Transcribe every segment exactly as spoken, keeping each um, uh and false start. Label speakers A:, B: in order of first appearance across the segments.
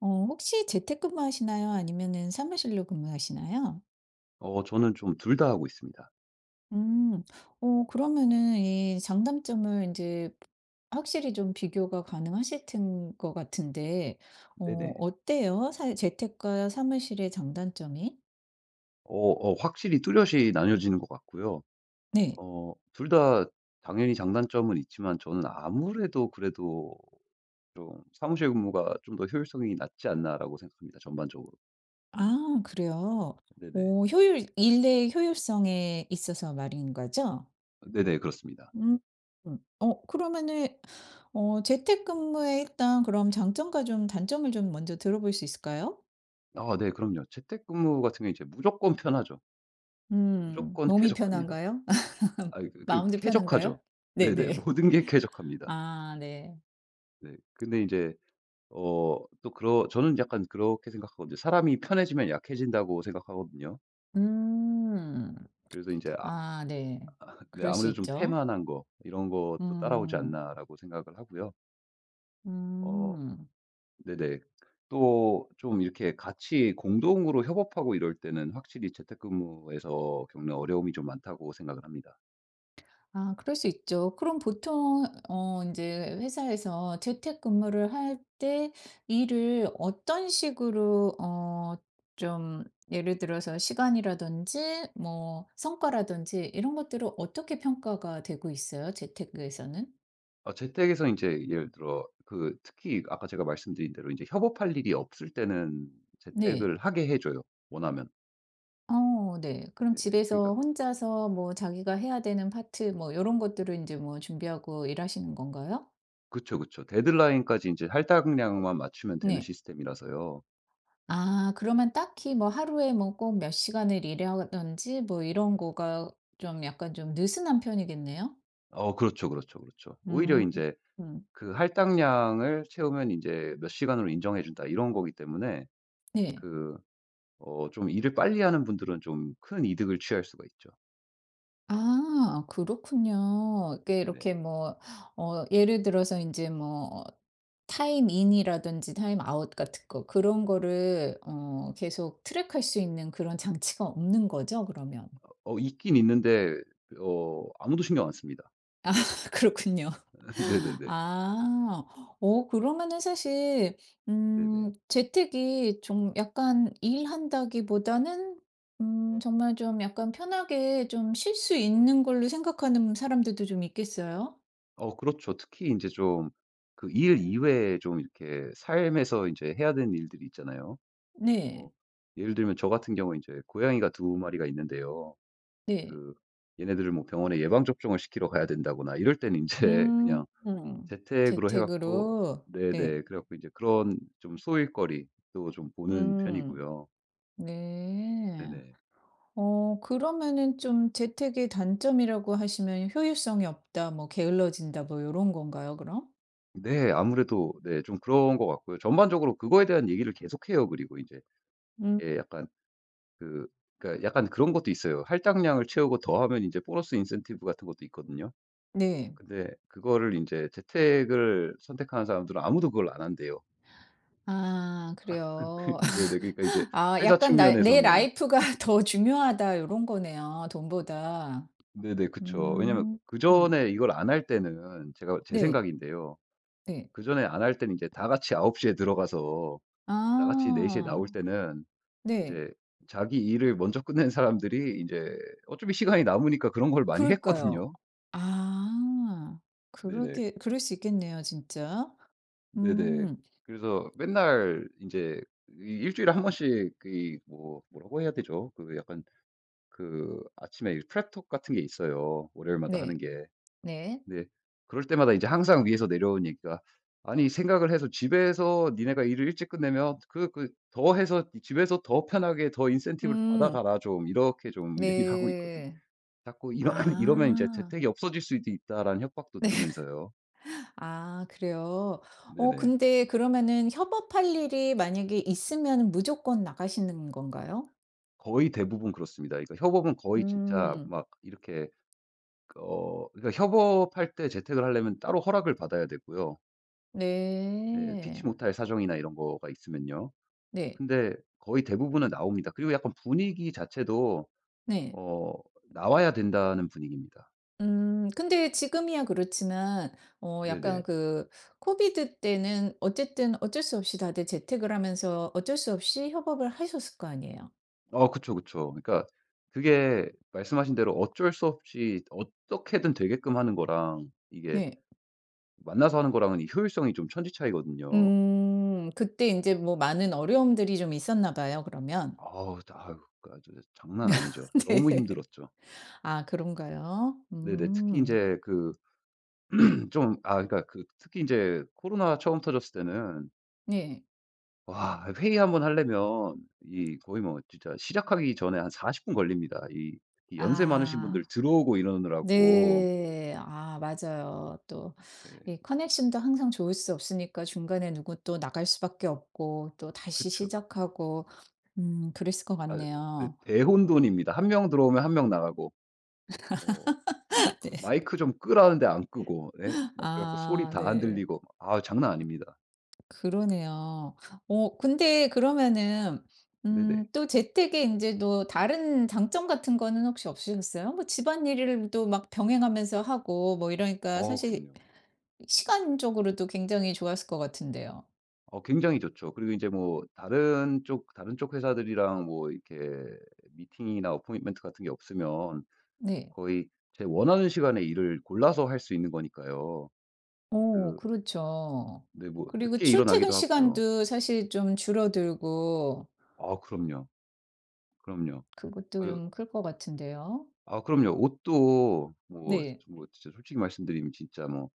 A: 어 혹시 재택근무 하시나요? 아니면은 사무실로 근무하시나요?
B: 어 저는 좀 둘 다 하고 있습니다.
A: 음. 어 그러면은 이 장단점을 이제 확실히 좀 비교가 가능하실 텐 것 같은데 어
B: 네네.
A: 어때요? 사 재택과 사무실의 장단점이?
B: 어 어 확실히 뚜렷이 나뉘어지는 것 같고요.
A: 네.
B: 어 둘 다 당연히 장단점은 있지만 저는 아무래도 그래도 좀 '사무실 근무가 좀 더 효율성이 낮지 않나.'라고 생각합니다 전반적으로.
A: 아 그래요?
B: 네네.
A: 오 효율 일의 효율성에 있어서 말인 거죠?
B: 네네, 그렇습니다.
A: 음. 음. 어 그러면은 어 재택근무의 일단 그럼 장점과 좀 단점을 좀 먼저 들어볼 수 있을까요?
B: 아, 네, 그럼요. 재택근무 같은 경우 이제 무조건 편하죠.
A: 음.
B: 무조건
A: 몸이
B: 쾌적합니다.
A: 편한가요?
B: 아, 그 그
A: 마음도 편한가요?
B: 쾌적하죠. 네네.
A: 네네.
B: 모든 게 쾌적합니다.
A: 아 네.
B: 네. 근데 이제 어 또 그러 저는 약간 그렇게 생각하거든요. 사람이 편해지면 약해진다고 생각하거든요.
A: 음.
B: 그래서 이제, 아
A: 아 네.
B: 네,
A: 그럴 수
B: 아무래도 좀
A: 있죠.
B: 태만한 거 이런 것도 따라오지
A: 음.
B: 않나라고 생각을 하고요. 어
A: 음.
B: 네네. 또 좀 이렇게 같이 공동으로 협업하고 이럴 때는 확실히 재택근무에서 겪는 어려움이 좀 많다고 생각을 합니다.
A: 아 그럴 수 있죠. 그럼 보통 어 이제 회사에서 재택근무를 할 때 일을 어떤 식으로 어 좀 예를 들어서 시간이라든지 뭐 성과라든지 이런 것들을 어떻게 평가가 되고 있어요? 재테크에서는?
B: 어, 재택에서 이제 예를 들어 그 특히 아까 제가 말씀드린 대로 이제 협업할 일이 없을 때는
A: 네.
B: 재택을 하게 해 줘요, 원하면.
A: 어 네. 그럼
B: 예. 그러니까
A: 집에서 혼자서 뭐 자기가 해야 되는 파트 뭐 이런 것들을 이제 뭐 준비하고 일하시는 건가요?
B: 그쵸, 그쵸. 데드라인까지 이제 할당량만 맞추면 되는
A: 네.
B: 시스템이라서요.
A: 아 그러면 딱히 뭐 하루에 뭐 꼭 몇 시간을 일하든지 뭐 이런 거가 좀 약간 좀 느슨한 편이겠네요?
B: 어 그렇죠, 그렇죠, 그렇죠. 오히려
A: 음.
B: 이제
A: 음.
B: 그 할당량을 채우면 이제 몇 시간으로 인정해 준다 이런 거기 때문에,
A: 네.
B: 그 어 좀 일을 빨리 하는 분들은 좀 큰 이득을 취할 수가 있죠.
A: 아 그렇군요. 이게
B: 네네.
A: 이렇게 뭐 어 예를 들어서 이제 뭐 타임 인이라든지 타임 아웃 같은 거 그런 거를 어 계속 트랙할 수 있는 그런 장치가 없는 거죠 그러면?
B: 어 있긴 있는데 어 아무도 신경 안 씁니다.
A: 그렇군요.
B: 네네네.
A: 아. 어 그러면은 사실
B: 네네.
A: 음 재택이 좀 약간 일한다기보다는 음 정말 좀 약간 편하게 좀 쉴 수 있는 걸로 생각하는 사람들도 좀 있겠어요?
B: 어 그렇죠. 특히 이제 좀, 그 일 이외에 좀 이렇게 삶에서 이제 해야 되는 일들이 있잖아요.
A: 네.
B: 어 예를 들면 저 같은 경우 이제 고양이가 두 마리가 있는데요.
A: 네.
B: 그 얘네들을 뭐 병원에 예방 접종을 시키러 가야 된다거나 이럴 때는 이제
A: 음.
B: 그냥
A: 음.
B: 재택으로 해 갖고.
A: 재택으로. 네.
B: 네네. 그래 갖고 이제 그런 좀 소일거리 도 좀 보는
A: 음.
B: 편이고요.
A: 네.
B: 네네.
A: 어 그러면은 좀 재택의 단점이라고 하시면 효율성이 없다, 뭐 게을러진다 뭐 요런 건가요 그럼?
B: 네. 아무래도, 네, 좀 그런 것 같고요. 전반적으로 그거에 대한 얘기를 계속해요. 그리고 이제,
A: 음
B: 예, 약간 그 그러니까 약간 그런 것도 있어요. 할당량을 채우고 더하면 이제 보너스 인센티브 같은 것도 있거든요.
A: 네.
B: 근데 그거를 인제 재택을 선택하는 사람들은 아무도 그걸 안 한대요.
A: 아 그래요.
B: 네네. 그러니까 이제
A: 아
B: 회사
A: 약간 나 '내
B: 측면에서는.
A: 라이프가 더 중요하다.' 요런 거네요 돈보다.
B: 네네. 그쵸. 왜냐면
A: 음. 음.
B: 그전에 이걸 안 할 때는 제가 제
A: 네.
B: 생각인데요.
A: 네.
B: 그전에 안 할 때는 이제 다 같이 아홉 시에 들어가서 다 같이 네 시에
A: 아.
B: 나올 때는 이
A: 네.
B: 제 자기 일을 먼저 끝낸 사람들이 인제 어차피 시간이 남으니까 그런 걸 많이
A: 그러니까요.
B: 했거든요.
A: 아.
B: 네네.
A: 그러게 그럴 수 있겠네요 진짜.
B: 네네.
A: 음.
B: 그래서 맨날 인제 이 일 주일에 한 번씩, 이, 뭐 뭐라고 해야 되죠? 그 약간 그 아침에 프랩톡 같은 게 있어요, 월요일마다
A: 네.
B: 하는 게.
A: 네.
B: 근데 그럴 때마다 이제 항상 위에서 내려오니까 "아니, 생각을 해서 집에서 니네가 일을 일찍 끝내면 그 그 더해서 집에서 더 편하게 더 인센티브를 받아
A: 음.
B: 가라, 좀." 이렇게 좀 얘기를 하고 있거든요.
A: 네.
B: 자꾸 이러 이러면 이제
A: 아.
B: 재택이 없어질 수도 있다라는 협박도
A: 네.
B: 들으면서요.
A: 아 그래요. 어
B: 네네.
A: 근데 그러면은 협업할 일이 만약에 있으면 무조건 나가시는 건가요?
B: 거의 대부분 그렇습니다. 그러니까 협업은 거의 진짜
A: 음.
B: 막 이렇게, 어 그러니까 협업할 때 재택을 하려면 따로 허락을 받아야 되고요. 예, 피치
A: 네.
B: 못할 사정이나 이런 거가 있으면요.
A: 네.
B: 근데 거의 대부분은 나옵니다. 그리고 약간 분위기 자체도
A: 네.
B: 어 나와야 된다는 분위기입니다.
A: 음 근데 지금이야 그렇지만 어 약간
B: 네네.
A: 그 코비드 때는 어쨌든 어쩔 수 없이 다들 재택을 하면서 어쩔 수 없이 협업을 하셨을 거 아니에요.
B: 어 그쵸, 그쵸. 그러니까 그게 말씀하신 대로 어쩔 수 없이 어떻게든 되게끔 하는 거랑 이게
A: 네.
B: 만나서 하는 거랑은 이 효율성이 좀 천지 차이거든요.
A: 음 그때 이제 뭐 많은 어려움들이 좀 있었나 봐요 그러면.
B: 아우, 아유, 그러니까 저 장난 아니죠.
A: 네.
B: 너무 힘들었죠.
A: 아 그런가요?
B: 네네. 특히
A: 음.
B: 인제 그 좀, 아 그러니까 그 특히 이제 코로나 처음 터졌을 때는
A: 네.
B: 와, 회의 한번 하려면 이 거의 뭐 진짜 시작하기 전에 한 사십 분 걸립니다. 이 이 연세 많으신 분들
A: 아.
B: 들어오고 이러느라고.
A: 네. 아 맞아요. 또
B: 네.
A: 이 커넥션도 항상 좋을 수 없으니까 중간에 누구 또 나갈 수밖에 없고 또 다시
B: 그쵸.
A: 시작하고 음 그랬을 것
B: 아, 네.
A: 같네요.
B: 대혼돈입니다. 한 명 들어오면 한 명 나가고, 어 뭐
A: 네.
B: 그 마이크 좀 끄라는데 안 끄고, 네, 막 그래 갖고 소리
A: 아
B: 다 안
A: 네.
B: 들리고, 아, 장난 아닙니다.
A: 그러네요. 어 근데 그러면은 음
B: 네네.
A: 또 재택에 이제 또 다른 장점 같은 거는 혹시 없으셨어요? 뭐 집안일을 또 막 병행하면서 하고 뭐 이러니까
B: 어
A: 사실
B: 그럼요.
A: 시간적으로도 굉장히 좋았을 것 같은데요.
B: 어 굉장히 좋죠. 그리고 이제 뭐 다른 쪽 다른 쪽 회사들이랑 뭐 이렇게 미팅이나 어포인트먼트 같은 게 없으면
A: 네.
B: 거의 제 원하는 시간에 일을 골라서 할 수 있는 거니까요.
A: 어
B: 그
A: 그렇죠.
B: 근데 뭐
A: 그리고
B: 늦게
A: 출퇴근
B: 일어나기도 하고요.
A: 시간도 사실 좀 줄어들고
B: 아, 그럼요. 그럼요.
A: 그것도
B: 그
A: 좀 클 것 같은데요.
B: 아 그럼요. 옷도 뭐
A: 네.
B: 뭐 진짜 솔직히 말씀드리면 진짜 뭐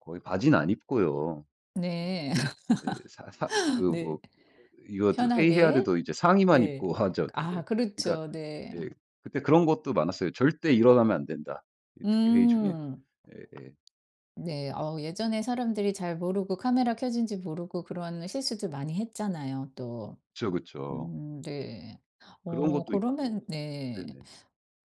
B: 거의 바지는 안 입고요. 어
A: 네.
B: 예. 사 사 그
A: 네.
B: 뭐 이거 회의해야
A: 편하게.
B: 돼도 이제 상의만
A: 네.
B: 입고 하죠 다들.
A: 아
B: 그러니까,
A: 그렇죠. 네.
B: 예, 그때 그런 것도 많았어요. '절대 일어나면 안 된다.' 예, 특히 회의 중에.
A: 음.
B: 예예.
A: 네. 어 예전에 사람들이 잘 모르고 카메라 켜진지 모르고 그런 실수들 많이 했잖아요 또.
B: 그쵸, 그쵸.
A: 음 네.
B: 그런
A: 어
B: 것도 있고.
A: 그러면 네.
B: 네네.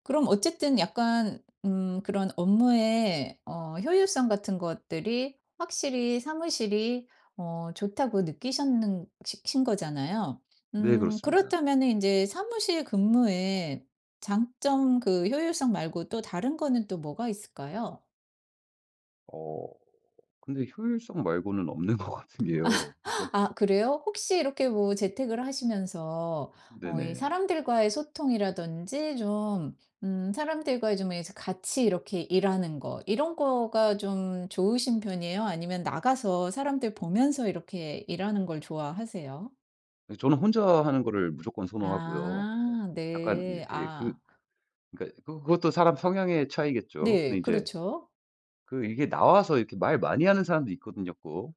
A: 그럼 어쨌든 약간 음 그런 업무의 어 효율성 같은 것들이 확실히 사무실이 어 좋다고 느끼셨는 시 신 거잖아요.
B: 네,
A: 음
B: 그렇습니다.
A: 그렇다면은 제 사무실 근무의 장점 그 효율성 말고 또 다른 거는 또 뭐가 있을까요?
B: 어 근데 효율성 말고는 없는 것 같은 게요. 그러니까.
A: 아 그래요? 혹시 이렇게 뭐 재택을 하시면서 어 이
B: 네네.
A: 사람들과의 소통이라든지 좀 음 사람들과의 좀 이제 같이 이렇게 일하는 거 이런 거가 좀 좋으신 편이에요? 아니면 나가서 사람들 보면서 이렇게 일하는 걸 좋아하세요?
B: 저는 혼자 하는 거를 무조건 선호하고요.
A: 아
B: 약간 이제,
A: 네.
B: 예, 그
A: 아
B: 그러니까 그 그것도 사람 성향의 차이겠죠. 근데
A: 네.
B: 이제
A: 그렇죠.
B: 그 이게 나와서 이렇게 말 많이 하는 사람도 있거든요, 꼭.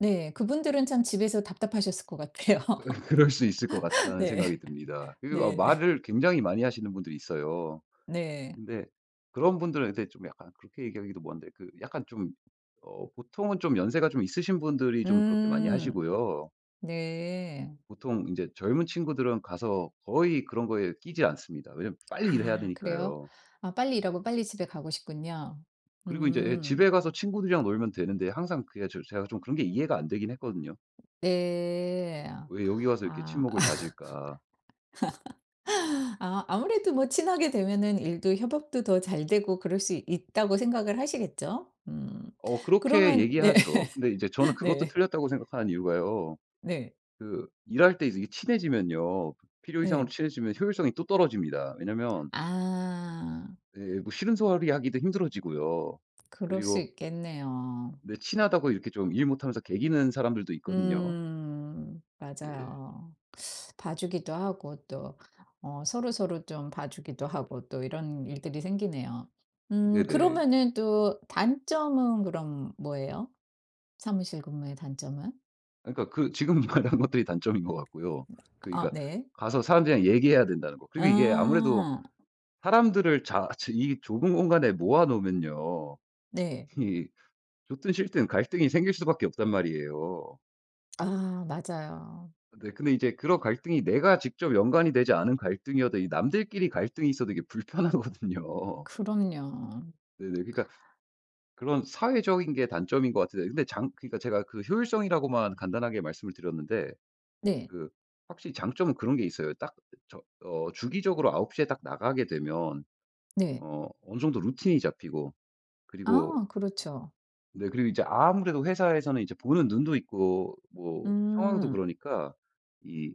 A: 네. 그분들은 참 집에서 답답하셨을 것 같아요.
B: 그럴 수 있을 것 같다는
A: 네.
B: 생각이 듭니다. 그리고, 아
A: 네.
B: 말을 굉장히 많이 하시는 분들이 있어요.
A: 네.
B: 근데 그런 분들은, 근데 좀 약간 그렇게 얘기하기도 뭔데, 그 약간 좀 어 보통은 좀 연세가 좀 있으신 분들이 좀 그렇게 많이
A: 음.
B: 하시고요.
A: 네.
B: 보통 이제 젊은 친구들은 가서 거의 그런 거에 끼지 않습니다. 왜냐면 빨리 일해야
A: 아 그래요?
B: 되니까요.
A: 아 빨리 일하고 빨리 집에 가고 싶군요.
B: 그리고 이제, 예,
A: 음.
B: 집에 가서 친구들이랑 놀면 되는데 항상 그게, 저 제가 좀 그런 게 이해가 안 되긴 했거든요.
A: 네.
B: '왜 여기 와서 이렇게
A: 아.
B: 친목을 다질까?'
A: 아 아무래도 뭐 친하게 되면은 일도 협업도 더 잘 되고 그럴 수 있다고 생각을 하시겠죠? 음.
B: 어 그렇게
A: 그러면 네.
B: 얘기하죠. 근데 이제 저는 그것도
A: 네.
B: 틀렸다고 생각하는 이유가요.
A: 네.
B: 그 일할 때 이제 친해지면요. 필요 이상으로
A: 네.
B: 친해지면 효율성이 또 떨어집니다. 왜냐면,
A: 아.
B: 예, 뭐, 싫은 소리 하기도 힘들어지고요.
A: 그럴 수
B: 그리고
A: 있겠네요.
B: 내 친하다고 이렇게 좀 일 못하면서 개기는 사람들도 있거든요.
A: 음.
B: 예.
A: 맞아요. 봐주기도 하고 또 어 서로서로 좀 봐주기도 하고 또 이런 일들이 생기네요. 음
B: 네네.
A: 그러면은 또 단점은 그럼 뭐예요? 사무실 근무의 단점은?
B: 그러니까 그 지금 말한 것들이 단점인 것 같고요. 그
A: 아
B: 그러니까
A: 네.
B: 가서 사람들이랑 얘기해야 된다는 거. 그리고 이게 아무래도
A: 아
B: 사람들을 자 이 좁은 공간에 모아 놓으면요.
A: 네.
B: 이 좋든 싫든 갈등이 생길 수밖에 없단 말이에요.
A: 아 맞아요.
B: 네, 근데 이제 그런 갈등이 내가 직접 연관이 되지 않은 갈등이어도, 이 남들끼리 갈등이 있어도 이게 불편하거든요.
A: 그럼요.
B: 네네. 그러니까 그런 사회적인 게 단점인 것 같은데, 근데 장 그러니까 제가 그 효율성이라고만 간단하게 말씀을 드렸는데,
A: 네.
B: 그 확실히 장점은 그런 게 있어요. 딱, 저 어 주기적으로 아홉 시에 딱 나가게 되면
A: 네.
B: 어 어느 정도 루틴이 잡히고, 그리고,
A: 아 그렇죠.
B: 네, 그리고 이제 아무래도 회사에서는 이제 보는 눈도 있고 뭐 상황도
A: 음.
B: 그러니까, 이,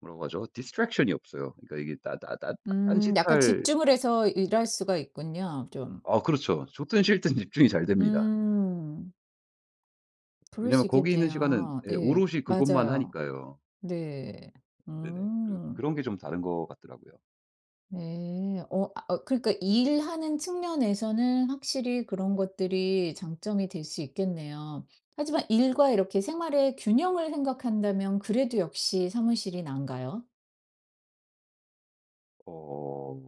B: 뭐라고 하죠? 디스트 t 션이 없어요. 그러니까 이게 따따따
A: 음 약간
B: 딴짓할.
A: 집중을 해서 일할 수가 있군요 좀.
B: 아 그렇죠. 좋든 싫든 집중이 잘 됩니다.
A: 음. 그럴
B: 왜냐면
A: 수
B: 거기 있는 시간은,
A: 있겠네요.
B: 예,
A: 네
B: 오롯이 그것만
A: 맞아요.
B: 하니까요.
A: 네.
B: 네네. 그래서
A: 음.
B: 그런 게 좀 다른 것 같더라고요.
A: 네. 어 아 어 그러니까 일하는 측면에서는 확실히 그런 것들이 장점이 될 수 있겠네요. 하지만 일과 이렇게 생활의 균형을 생각한다면 그래도 역시 사무실이 나은가요?
B: 어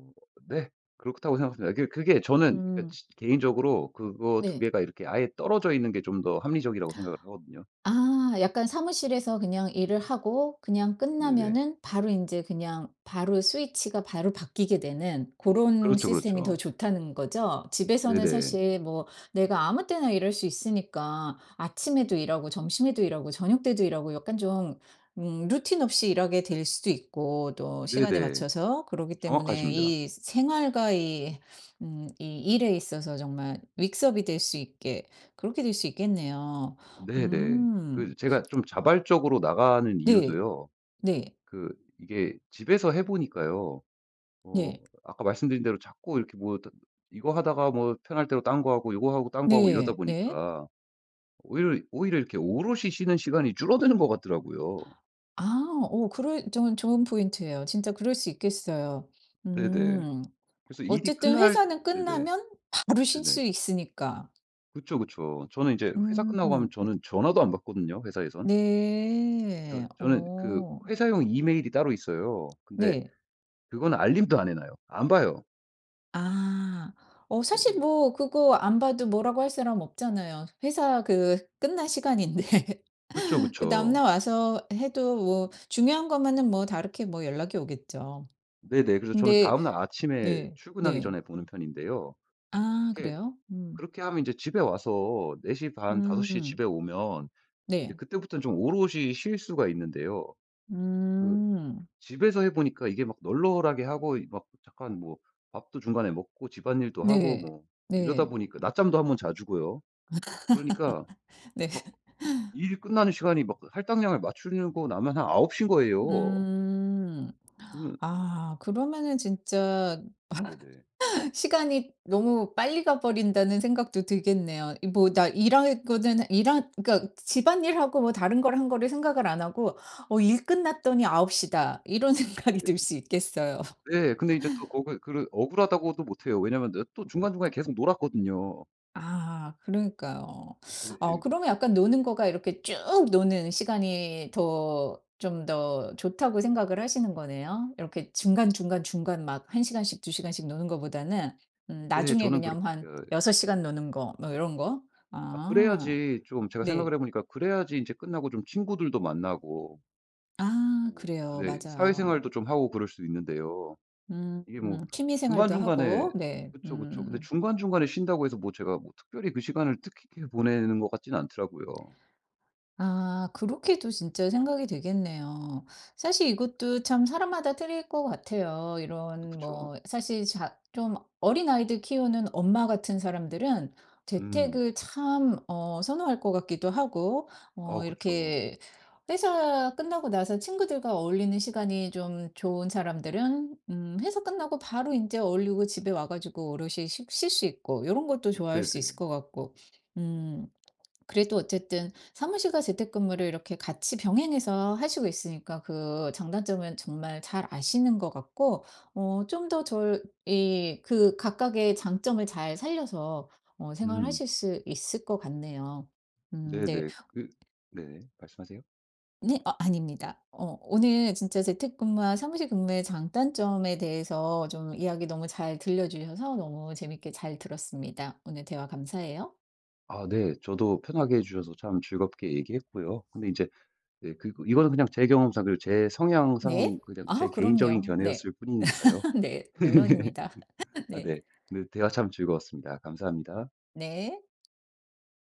B: 네. 그렇다고 생각합니다. 그게 그게 저는 그러니까,
A: 음.
B: 지 개인적으로 그거 두
A: 네.
B: 개가 이렇게 아예 떨어져 있는 게 좀 더 합리적이라고 생각을 하거든요.
A: 아 약간 사무실에서 그냥 일을 하고 그냥
B: 네네.
A: 끝나면은 바로 인제 그냥 바로 스위치가 바로 바뀌게 되는 고런
B: 그렇죠,
A: 시스템이 더
B: 그렇죠.
A: 좋다는 거죠? 집에서는
B: 네네.
A: 사실 뭐 내가 아무 때나 일할 수 있으니까 아침에도 일하고 점심에도 일하고 저녁 때도 일하고 약간 좀 음 루틴 없이 일하게 될 수도 있고 또 시간에
B: 네네.
A: 맞춰서 그러기 때문에
B: 정확하십니다.
A: 이 생활과 이 음 이 일에 있어서 정말 믹스업이 될 수 있게 그렇게 될 수 있겠네요.
B: 네네.
A: 음.
B: 그 제가 좀 자발적으로 나가는
A: 네.
B: 이유도요.
A: 네.
B: 그 이게 집에서 해 보니까요. 어
A: 네.
B: 아까 말씀드린 대로 자꾸 이렇게 뭐 이거 하다가 뭐 편할 대로 딴 거 하고 이거 하고 딴 거 하고 이러다
A: 네. 네.
B: 보니까, 오히려 오히려 이렇게 오롯이 쉬는 시간이 줄어드는 것 같더라고요.
A: 아 어 그럴 좀 좋은 포인트예요. 진짜 그럴 수 있겠어요.
B: 네네.
A: 음.
B: 그래서 일이
A: 어쨌든
B: 끝날.
A: 회사는
B: 네네.
A: 끝나면 바로 쉴
B: 네네.
A: 수 있으니까.
B: 그쵸, 그쵸. 저는 이제 회사 끝나고 가면
A: 음.
B: 저는 전화도 안 받거든요, 회사에선. 저
A: 네.
B: 저는 그
A: 어.
B: 회사용 이메일이 따로 있어요. 근데
A: 네.
B: 그건 알림도 안 해 놔요. 안 봐요.
A: 아. 어 사실
B: 네네.
A: 뭐 그거 안 봐도 뭐라고 할 사람 없잖아요. 회사 그 끝날 시간인데
B: 그쵸,
A: 그
B: 그쵸.
A: 다음날 와서 해도 뭐 중요한 것만은 뭐 다르게 뭐 연락이 오겠죠.
B: 네네. 그래서 저는
A: 근데
B: 다음 날 아침에
A: 네.
B: 출근하기
A: 네.
B: 전에 보는 편인데요.
A: 아
B: 그렇게
A: 그래요? 음.
B: 그렇게 하면 이제 집에 와서 네 시 반, 다섯 시에
A: 음.
B: 집에 오면 이제
A: 네.
B: 그때부터는 좀 오롯이 쉴 수가 있는데요. 그
A: 음.
B: 집에서 해 보니까 이게 막 널널하게 하고, 이, 막 잠깐 뭐 밥도 중간에 먹고 집안일도 하고
A: 네.
B: 뭐 이러다
A: 네.
B: 보니까 낮잠도 한번 자주고요. 그러니까
A: 네.
B: 막 일 끝나는 시간이 막 할당량을 맞추려고 나면 한아홉 시인 거예요.
A: 음.
B: 그러면.
A: 아 그러면은 진짜
B: 네네.
A: 시간이 너무 빨리 가 버린다는 생각도 들겠네요. 이 뭐 나 일할 거는 일한 그러니까 집안일하고 뭐 다른 걸 한 거를 생각을 안 하고 '어 일 끝났더니 아홉 시다.' 이런 생각이 들 수 있겠어요.
B: 네. 근데 이제 또 거기 그 억울하다고도 못해요. 왜냐하면 내가 또 중간중간에 계속 놀았거든요.
A: 아 그러니까요. 어
B: 네.
A: 그러면 약간 노는 거가 이렇게 쭉 노는 시간이 더 좀 더 좋다고 생각을 하시는 거네요. 이렇게 중간중간중간 막 한 시간씩 두 시간씩 노는 거보다는 음
B: 네,
A: 나중에
B: 저는 그렇게.
A: 그냥 한 여섯 시간 노는 거 뭐 이런 거?
B: 아
A: 아
B: 그래야지 좀 제가
A: 네.
B: 생각을 해 보니까, 그래야지 이제 끝나고 좀 친구들도 만나고,
A: 아
B: 뭐,
A: 그래요.
B: 네,
A: 맞아요.
B: 사회생활도 좀 하고 그럴 수 있는데요.
A: 음
B: 이게 뭐
A: 음, 취미 생활도
B: 중간중간에.
A: 하고 네.
B: 그쵸, 그쵸. 근데
A: 음.
B: 중간중간에 쉰다고 해서 뭐 제가 뭐 특별히 그 시간을 뜻깊게 보내는 것 같지는 않더라고요.
A: 아 그렇게도 진짜 생각이 되겠네요. 사실 이것도 참 사람마다 틀릴 것 같아요. 이런
B: 그쵸.
A: 뭐 사실 자 좀 어린아이들 키우는 엄마 같은 사람들은
B: 음.
A: 재택을 참 어 선호할 것 같기도 하고
B: 아,
A: 어
B: 그쵸.
A: 이렇게 회사 끝나고 나서 친구들과 어울리는 시간이 좀 좋은 사람들은 음 회사 끝나고 바로 이제 어울리고 집에 와 가지고 오롯이 쉴 수 있고 이런 것도 좋아할 수 있을
B: 네네.
A: 것 같고. 음. 그래도 어쨌든 사무실과 재택근무를 이렇게 같이 병행해서 하시고 있으니까 그 장단점은 정말 잘 아시는 것 같고, 어, 좀 더 절, 이, 그 각각의 장점을 잘 살려서 어,
B: 음.
A: 생활하실 수 있을 것 같네요. 음, 네.
B: 네네. 그 네네. 말씀하세요.
A: 네, 어, 아닙니다. 어, 오늘 진짜 재택근무와 사무실 근무의 장단점에 대해서 좀 이야기 너무 잘 들려주셔서 너무 재밌게 잘 들었습니다. 오늘 대화 감사해요.
B: 아, 네. 저도 편하게 해 주셔서 참 즐겁게 얘기했고요. 근데 인제 네그 그 이거는 그냥 제 경험상 그리고 제
A: 네.
B: 성향상 그냥
A: 아,
B: 제 개인적인
A: 그럼요. 네.
B: 견해였을 뿐이니까요.
A: 네, 물론입니다.
B: 아,
A: 네.
B: 네. 네, 대화 참 즐거웠습니다. 감사합니다.
A: 네.